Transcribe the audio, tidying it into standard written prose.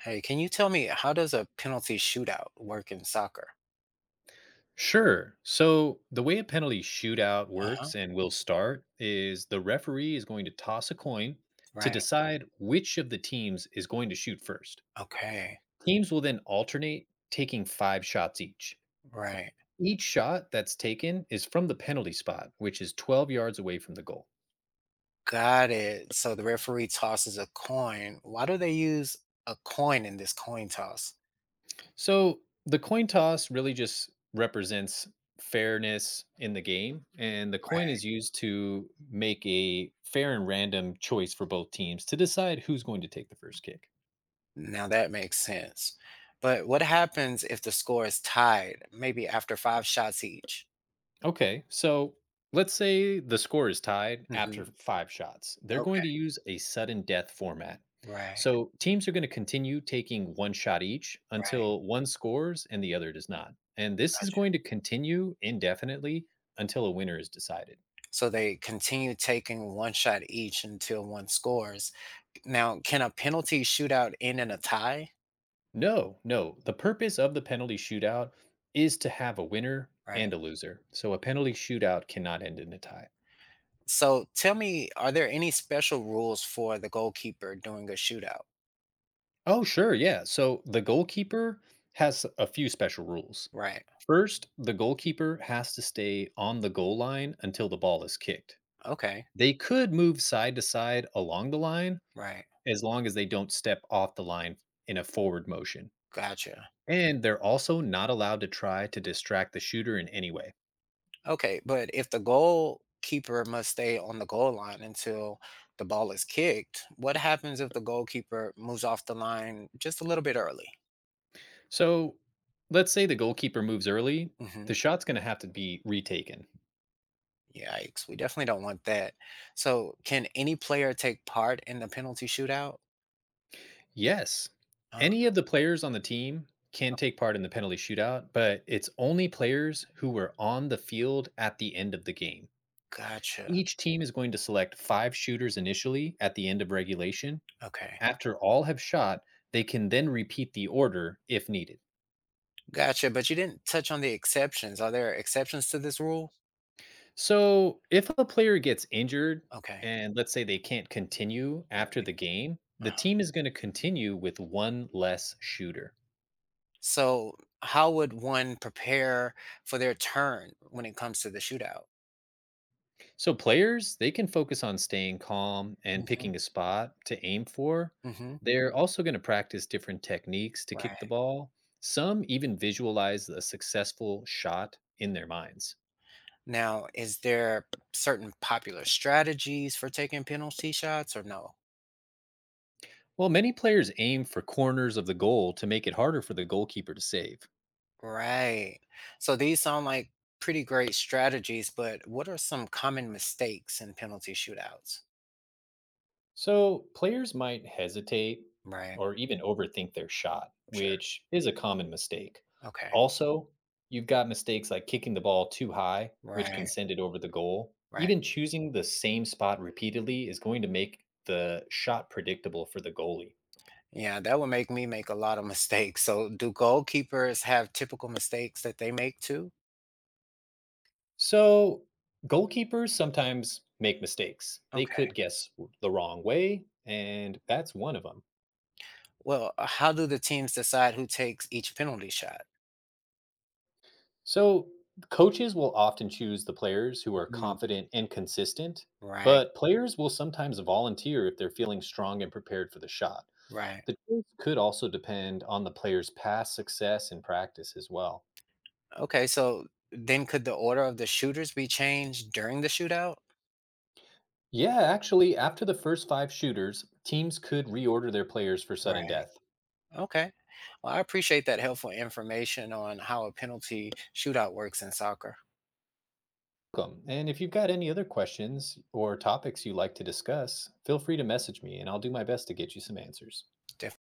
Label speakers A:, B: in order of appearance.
A: Hey, can you tell me how does a penalty shootout work in soccer?
B: Sure. So the way a penalty shootout
A: Uh-huh.
B: works and will start is the referee is going to toss a coin to
A: Right.
B: decide which of the teams is going to shoot first.
A: Okay.
B: Teams will then alternate taking five shots each.
A: Right.
B: Each shot that's taken is from the penalty spot, which is 12 yards away from the goal.
A: Got it. So the referee tosses a coin. Why do they use a coin in this coin toss?
B: So the coin toss really just represents fairness in the game, and the coin is
A: Right.
B: used to make a fair and random choice for both teams to decide who's going to take the first kick.
A: Now that makes sense. But what happens if the score is tied, maybe after five shots each?
B: Okay, so let's say the score is tied
A: Hmm.
B: after five shots. They're going to
A: Okay.
B: use a sudden death format.
A: Right.
B: So teams are going to continue taking one shot each
A: Right.
B: until one scores and the other does not. And this is
A: Gotcha.
B: going to continue indefinitely until a winner is decided.
A: So they continue taking one shot each until one scores. Now, can a penalty shootout end in a tie?
B: No, no. The purpose of the penalty shootout is to have a winner
A: Right.
B: and a loser. So a penalty shootout cannot end in a tie.
A: So tell me, are there any special rules for the goalkeeper during a shootout?
B: Oh, sure. Yeah. So the goalkeeper has a few special rules.
A: Right.
B: First, the goalkeeper has to stay on the goal line until the ball is kicked.
A: Okay.
B: They could move side to side along the line
A: Right.
B: as long as they don't step off the line in a forward motion.
A: Gotcha.
B: And they're also not allowed to try to distract the shooter in any way.
A: Okay. But if the goalkeeper must stay on the goal line until the ball is kicked, what happens if the goalkeeper moves off the line just a little bit early?
B: So let's say the goalkeeper moves early,
A: Hmm.
B: the shot's going to have to be retaken.
A: Yikes. We definitely don't want that. So can any player take part in the penalty shootout?
B: Yes,
A: Oh,
B: any of the players on the team can take part in the penalty shootout, but it's only players who were on the field at the end of the game.
A: gotcha.
B: Each team is going to select five shooters initially at the end of regulation.
A: Okay.
B: After all have shot, they can then repeat the order if needed.
A: Gotcha. But you didn't touch on the exceptions. Are there exceptions to this rule?
B: So, if a player gets injured
A: Okay.
B: and let's say they can't continue after
A: Right.
B: the game, the
A: Uh-huh.
B: team is going to continue with one less shooter.
A: So, how would one prepare for their turn when it comes to the shootout?
B: So, players, they can focus on staying calm and
A: Hmm.
B: picking a spot to aim for.
A: Hmm.
B: They're also going to practice different techniques to kick the
A: Right.
B: ball. Some even visualize a successful shot in their minds.
A: Now, is there certain popular strategies for taking penalty shots or no?
B: Well, many players aim for corners of the goal to make it harder for the goalkeeper to save.
A: Right. So, these sound like pretty great strategies, but what are some common mistakes in penalty shootouts?
B: So players might hesitate
A: Right.
B: or even overthink their shot,
A: Sure.
B: which is a common mistake.
A: Okay.
B: Also, you've got mistakes like kicking the ball too high, which can
A: Right.
B: send it over the goal.
A: Right.
B: Even choosing the same spot repeatedly is going to make the shot predictable for the goalie.
A: Yeah, that would make me make a lot of mistakes. So, do goalkeepers have typical mistakes that they make too?
B: So, goalkeepers sometimes make mistakes. They
A: Okay.
B: could guess the wrong way, and that's one of them.
A: Well, how do the teams decide who takes each penalty shot?
B: So, coaches will often choose the players who are
A: Mhm.
B: confident and consistent,
A: Right.
B: but players will sometimes volunteer if they're feeling strong and prepared for the shot.
A: Right.
B: The choice could also depend on the player's past success in practice as well.
A: Okay. So then could the order of the shooters be changed during the shootout?
B: Yeah, actually, after the first five shooters, teams could reorder their players for sudden
A: Right.
B: death.
A: Okay. Well, I appreciate that helpful information on how a penalty shootout works in soccer.
B: Welcome. And if you've got any other questions or topics you'd like to discuss, feel free to message me and I'll do my best to get you some answers.
A: Definitely.